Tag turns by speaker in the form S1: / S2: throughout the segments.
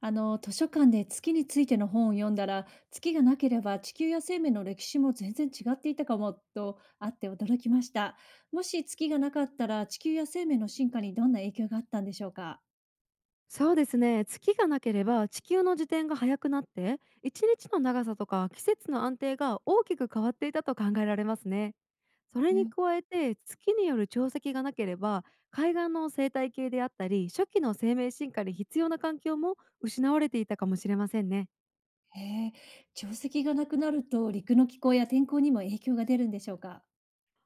S1: 図書館で月についての本を読んだら、月がなければ地球や生命の歴史も全然違っていたかもとあって驚きました。もし月がなかったら地球や生命の進化にどんな影響があったんでしょうか。
S2: そうですね。月がなければ地球の自転が速くなって、一日の長さとか季節の安定が大きく変わっていたと考えられますね。それに
S1: ね、
S2: 加えて、月による潮汐がなければ、海岸の生態系であったり初期の生命進化に必要な環境も失われていたかもしれませんね。
S1: へえ、潮石がなくなると陸の気候や天候にも影響が出るんでしょうか。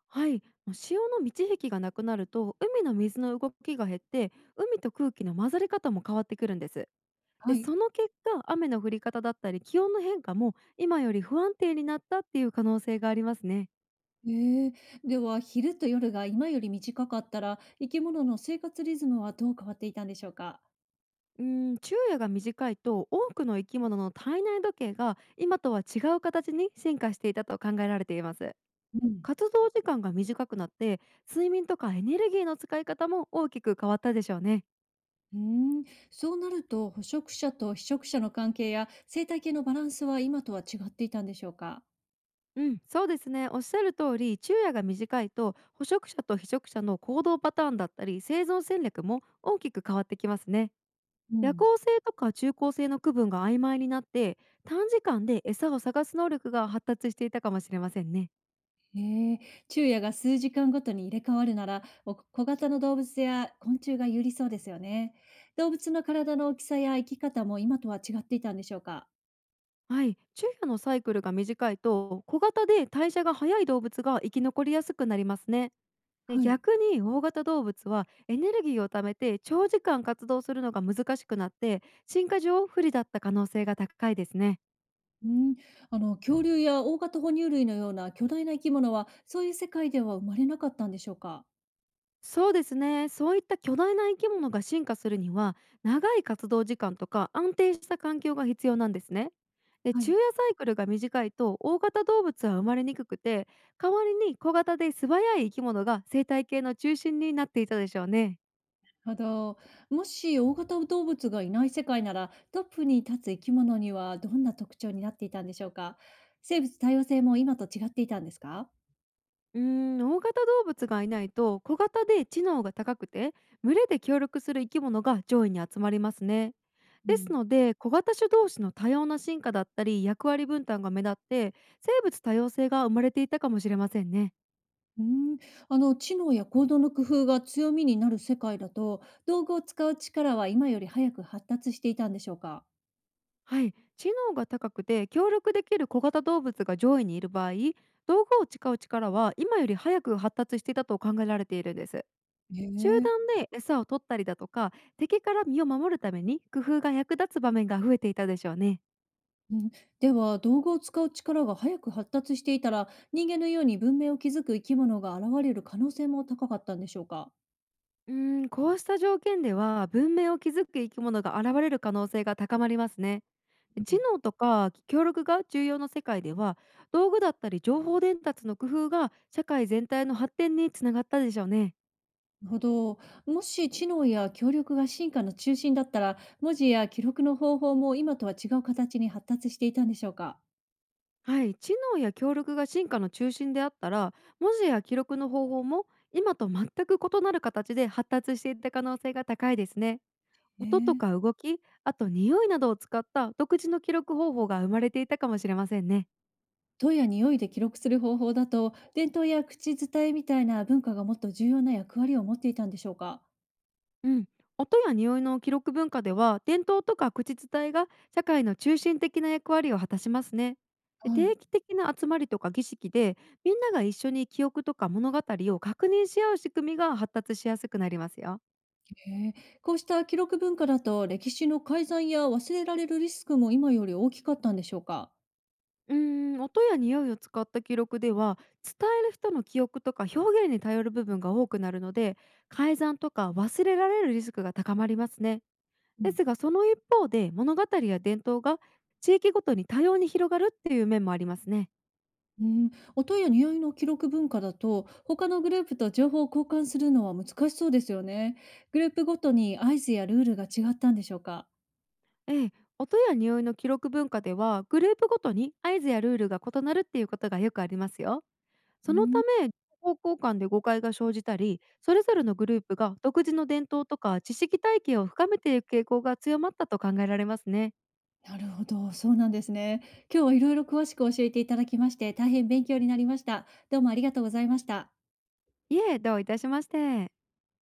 S2: はい。潮の満ち引きがなくなると、海の水の動きが減って、海と空気の混ざり方も変わってくるんです。で、
S1: はい。
S2: その結果、雨の降り方だったり気温の変化も今より不安定になったっていう可能性がありますね。
S1: へえ、では昼と夜が今より短かったら生き物の生活リズムはどう変わっていたんでしょうか。
S2: うん。昼夜が短いと、多くの生き物の体内時計が今とは違う形に進化していたと考えられています。
S1: うん。
S2: 活動時間が短くなって、睡眠とかエネルギーの使い方も大きく変わったでしょうね。
S1: うーん、そうなると捕食者と被食者の関係や生態系のバランスは今とは違っていたんでしょうか。
S2: うん、そうですね。おっしゃる通り、昼夜が短いと、捕食者と被食者の行動パターンだったり生存戦略も大きく変わってきますね。
S1: う
S2: 夜
S1: ん、
S2: 行性とか中高性の区分が曖昧になって、短時間で餌を探す能力が発達していたかもしれませんね。
S1: へえ、昼夜が数時間ごとに入れ替わるならお小型の動物や昆虫が有利そうですよね。動物の体の大きさや生き方も今とは違っていたんでしょうか。
S2: はい。昼夜のサイクルが短いと、小型で代謝が早い動物が生き残りやすくなりますね。で、
S1: はい。
S2: 逆に大型動物はエネルギーを貯めて長時間活動するのが難しくなって、進化上不利だった可能性が高いですね。
S1: うん、恐竜や大型哺乳類のような巨大な生き物はそういう世界では生まれなかったんでしょうか。
S2: そうですね。そういった巨大な生き物が進化するには、長い活動時間とか安定した環境が必要なんですね。で、
S1: はい。
S2: 昼夜サイクルが短いと大型動物は生まれにくくて、代わりに小型で素早い生き物が生態系の中心になっていたでしょうね。
S1: ただ、もし大型動物がいない世界なら、トップに立つ生き物にはどんな特徴になっていたんでしょうか。生物多様性も今と違っていたんですか。
S2: 大型動物がいないと、小型で知能が高くて、群れで協力する生き物が上位に集まりますね。
S1: う
S2: です
S1: ん、
S2: ので、小型種同士の多様な進化だったり役割分担が目立って、生物多様性が生まれていたかもしれませんね。
S1: うーん、知能や行動の工夫が強みになる世界だと、道具を使う力は今より早く発達していたんでしょうか。
S2: はい。知能が高くて協力できる小型動物が上位にいる場合、道具を使う力は今より早く発達していたと考えられているんです。
S1: へ
S2: 集
S1: え、
S2: 団で餌を取ったりだとか、敵から身を守るために工夫が役立つ場面が増えていたでしょうね。
S1: うん、では道具を使う力が早く発達していたら人間のように文明を築く生き物が現れる可能性も高かったんでしょうか。
S2: うーこうした条件では、文明を築く生き物が現れる可能性が高まりますね。知能とか協力が重要な世界では、道具だったり情報伝達の工夫が社会全体の発展につながったでしょうね。
S1: なるほど。もし知能や協力が進化の中心だったら、文字や記録の方法も今とは違う形に発達していたんでしょうか。
S2: はい、知能や協力が進化の中心であったら、文字や記録の方法も今と全く異なる形で発達していった可能性が高いですね。
S1: ね
S2: 音と
S1: え、
S2: か動き、あと匂いなどを使った独自の記録方法が生まれていたかもしれませんね。
S1: 音や匂いで記録する方法だと、伝統や口伝えみたいな文化がもっと重要な役割を持っていたんでしょうか。
S2: うん、音や匂いの記録文化では、伝統とか口伝えが社会の中心的な役割を果たしますね。で、
S1: はい。
S2: 定期的な集まりとか儀式で、みんなが一緒に記憶とか物語を確認し合う仕組みが発達しやすくなりますよ。
S1: へえ、こうした記録文化だと、歴史の改ざんや忘れられるリスクも今より大きかったんでしょうか。
S2: 音や匂いを使った記録では、伝える人の記憶とか表現に頼る部分が多くなるので、改ざんとか忘れられるリスクが高まりますね。ですが、その一方で物語や伝統が地域ごとに多様に広がるっていう面もありますね。
S1: ねえ、音や匂いの記録文化だと他のグループと情報を交換するのは難しそうですよね。グループごとに合図やルールが違ったんでしょうか。
S2: ええ、音や匂いの記録文化ではグループごとに合図やルールが異なるっていうことがよくありますよ。
S1: う
S2: そのた
S1: ん、
S2: め、方向間で誤解が生じたり、それぞれのグループが独自の伝統とか知識体系を深めていく傾向が強まったと考えられますね。
S1: なるほど、そうなんですね。今日はいろいろ詳しく教えていただきまして大変勉強になりました。どうもありがとうございました。
S2: いえ、どういたしまして。